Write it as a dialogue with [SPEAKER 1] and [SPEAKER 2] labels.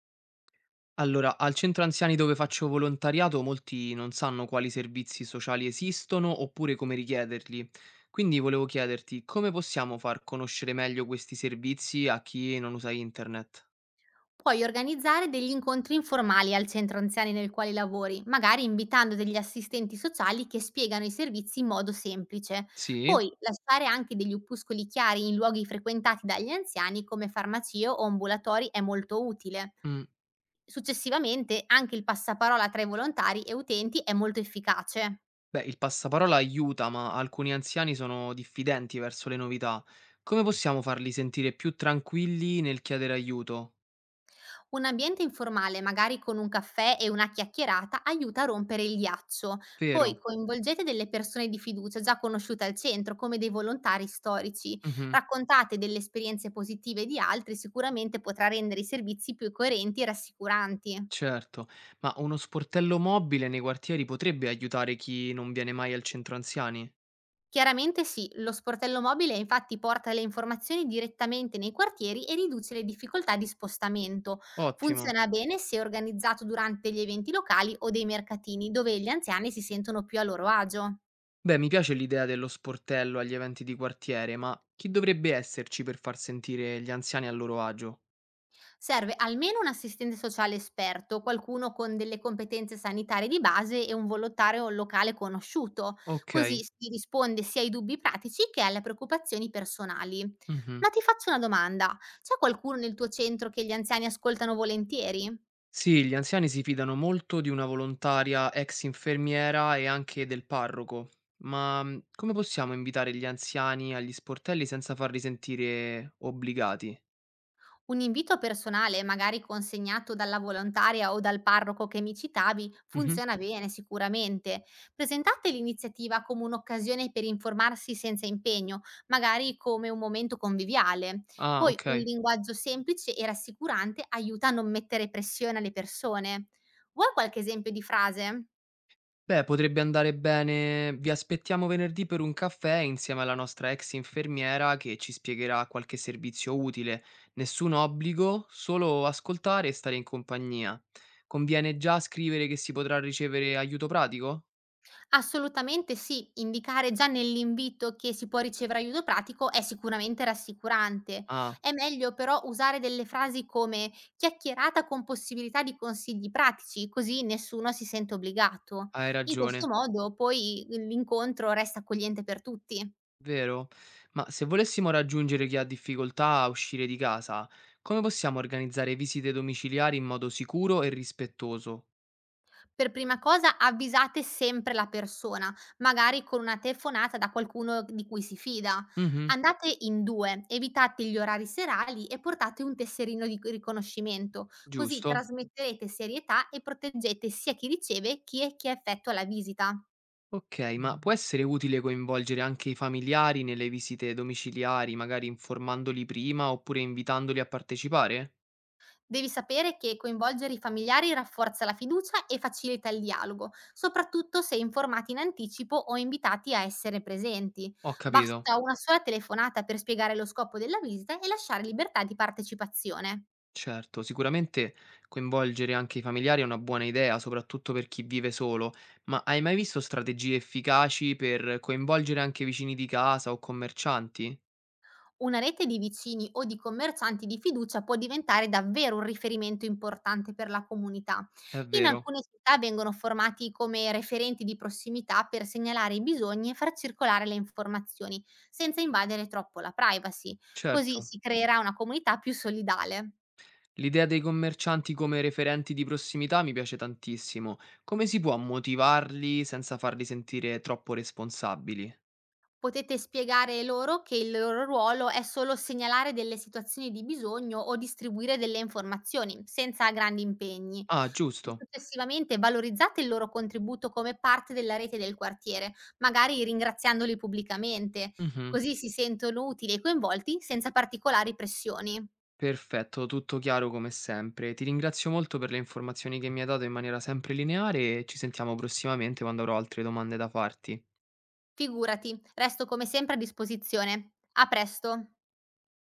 [SPEAKER 1] Allora, al centro anziani dove faccio volontariato molti non sanno quali servizi sociali esistono oppure come richiederli. Quindi volevo chiederti come possiamo far conoscere meglio questi servizi a chi non usa internet?
[SPEAKER 2] Puoi organizzare degli incontri informali al centro anziani nel quale lavori, magari invitando degli assistenti sociali che spiegano i servizi in modo semplice.
[SPEAKER 1] Sì?
[SPEAKER 2] Poi lasciare anche degli opuscoli chiari in luoghi frequentati dagli anziani come farmacie o ambulatori è molto utile.
[SPEAKER 1] Mm.
[SPEAKER 2] Successivamente anche il passaparola tra i volontari e utenti è molto efficace.
[SPEAKER 1] Beh, il passaparola aiuta, ma alcuni anziani sono diffidenti verso le novità. Come possiamo farli sentire più tranquilli nel chiedere aiuto?
[SPEAKER 2] Un ambiente informale, magari con un caffè e una chiacchierata, aiuta a rompere il ghiaccio. Poi
[SPEAKER 1] Vero?
[SPEAKER 2] coinvolgete delle persone di fiducia già conosciute al centro, come dei volontari storici.
[SPEAKER 1] Mhm,
[SPEAKER 2] Raccontate delle esperienze positive di altri, sicuramente potrà rendere i servizi più coerenti e rassicuranti.
[SPEAKER 1] certo, ma uno sportello mobile nei quartieri potrebbe aiutare chi non viene mai al centro anziani?
[SPEAKER 2] Chiaramente sì, lo sportello mobile infatti porta le informazioni direttamente nei quartieri e riduce le difficoltà di spostamento.
[SPEAKER 1] Ottimo.
[SPEAKER 2] Funziona bene se organizzato durante gli eventi locali o dei mercatini, dove gli anziani si sentono più a loro agio.
[SPEAKER 1] Beh, mi piace l'idea dello sportello agli eventi di quartiere, ma chi dovrebbe esserci per far sentire gli anziani a loro agio?
[SPEAKER 2] Serve almeno un assistente sociale esperto, qualcuno con delle competenze sanitarie di base e un volontario locale conosciuto, così
[SPEAKER 1] Ok.
[SPEAKER 2] si risponde sia ai dubbi pratici che alle preoccupazioni personali.
[SPEAKER 1] Mhm.
[SPEAKER 2] Ma ti faccio una domanda, c'è qualcuno nel tuo centro che gli anziani ascoltano volentieri?
[SPEAKER 1] Sì, gli anziani si fidano molto di una volontaria ex infermiera e anche del parroco, ma come possiamo invitare gli anziani agli sportelli senza farli sentire obbligati?
[SPEAKER 2] Un invito personale, magari consegnato dalla volontaria o dal parroco che mi citavi,
[SPEAKER 1] Mhm.
[SPEAKER 2] funziona bene sicuramente. Presentate l'iniziativa come un'occasione per informarsi senza impegno, magari come un momento conviviale.
[SPEAKER 1] Ah,
[SPEAKER 2] Poi un
[SPEAKER 1] ok.
[SPEAKER 2] linguaggio semplice e rassicurante aiuta a non mettere pressione alle persone. Vuoi qualche esempio di frase?
[SPEAKER 1] Beh, potrebbe andare bene. Vi aspettiamo venerdì per un caffè insieme alla nostra ex infermiera che ci spiegherà qualche servizio utile. Nessun obbligo, solo ascoltare e stare in compagnia. Conviene già scrivere che si potrà ricevere aiuto pratico?
[SPEAKER 2] Assolutamente sì, indicare già nell'invito che si può ricevere aiuto pratico è sicuramente rassicurante.
[SPEAKER 1] Ah,
[SPEAKER 2] È meglio però usare delle frasi come chiacchierata con possibilità di consigli pratici, così nessuno si sente obbligato.
[SPEAKER 1] hai
[SPEAKER 2] In questo
[SPEAKER 1] ragione,
[SPEAKER 2] modo poi l'incontro resta accogliente per tutti.
[SPEAKER 1] vero? Ma se volessimo raggiungere chi ha difficoltà a uscire di casa, come possiamo organizzare visite domiciliari in modo sicuro e rispettoso?
[SPEAKER 2] Per prima cosa avvisate sempre la persona, magari con una telefonata da qualcuno di cui si fida.
[SPEAKER 1] Mhm,
[SPEAKER 2] Andate in 2, evitate gli orari serali e portate un tesserino di riconoscimento, così
[SPEAKER 1] giusto.
[SPEAKER 2] trasmetterete serietà e proteggete sia chi riceve che chi effettua la visita.
[SPEAKER 1] Okay, ma può essere utile coinvolgere anche i familiari nelle visite domiciliari, magari informandoli prima oppure invitandoli a partecipare?
[SPEAKER 2] Devi sapere che coinvolgere i familiari rafforza la fiducia e facilita il dialogo, soprattutto se informati in anticipo o invitati a essere presenti.
[SPEAKER 1] Ho capito.
[SPEAKER 2] Basta una sola telefonata per spiegare lo scopo della visita e lasciare libertà di partecipazione.
[SPEAKER 1] Certo, sicuramente coinvolgere anche i familiari è una buona idea, soprattutto per chi vive solo, ma hai mai visto strategie efficaci per coinvolgere anche vicini di casa o commercianti?
[SPEAKER 2] Una rete di vicini o di commercianti di fiducia può diventare davvero un riferimento importante per la comunità.
[SPEAKER 1] È
[SPEAKER 2] In
[SPEAKER 1] vero,
[SPEAKER 2] alcune città vengono formati come referenti di prossimità per segnalare i bisogni e far circolare le informazioni, senza invadere troppo la privacy. Così
[SPEAKER 1] certo.
[SPEAKER 2] si creerà una comunità più solidale.
[SPEAKER 1] L'idea dei commercianti come referenti di prossimità mi piace tantissimo. Come si può motivarli senza farli sentire troppo responsabili?
[SPEAKER 2] Potete spiegare loro che il loro ruolo è solo segnalare delle situazioni di bisogno o distribuire delle informazioni, senza grandi impegni.
[SPEAKER 1] Ah, giusto.
[SPEAKER 2] Successivamente valorizzate il loro contributo come parte della rete del quartiere, magari ringraziandoli pubblicamente,
[SPEAKER 1] Mhm.
[SPEAKER 2] così si sentono utili e coinvolti senza particolari pressioni.
[SPEAKER 1] Perfetto, tutto chiaro come sempre. Ti ringrazio molto per le informazioni che mi hai dato in maniera sempre lineare e ci sentiamo prossimamente quando avrò altre domande da farti.
[SPEAKER 2] Figurati, resto come sempre a disposizione. A presto!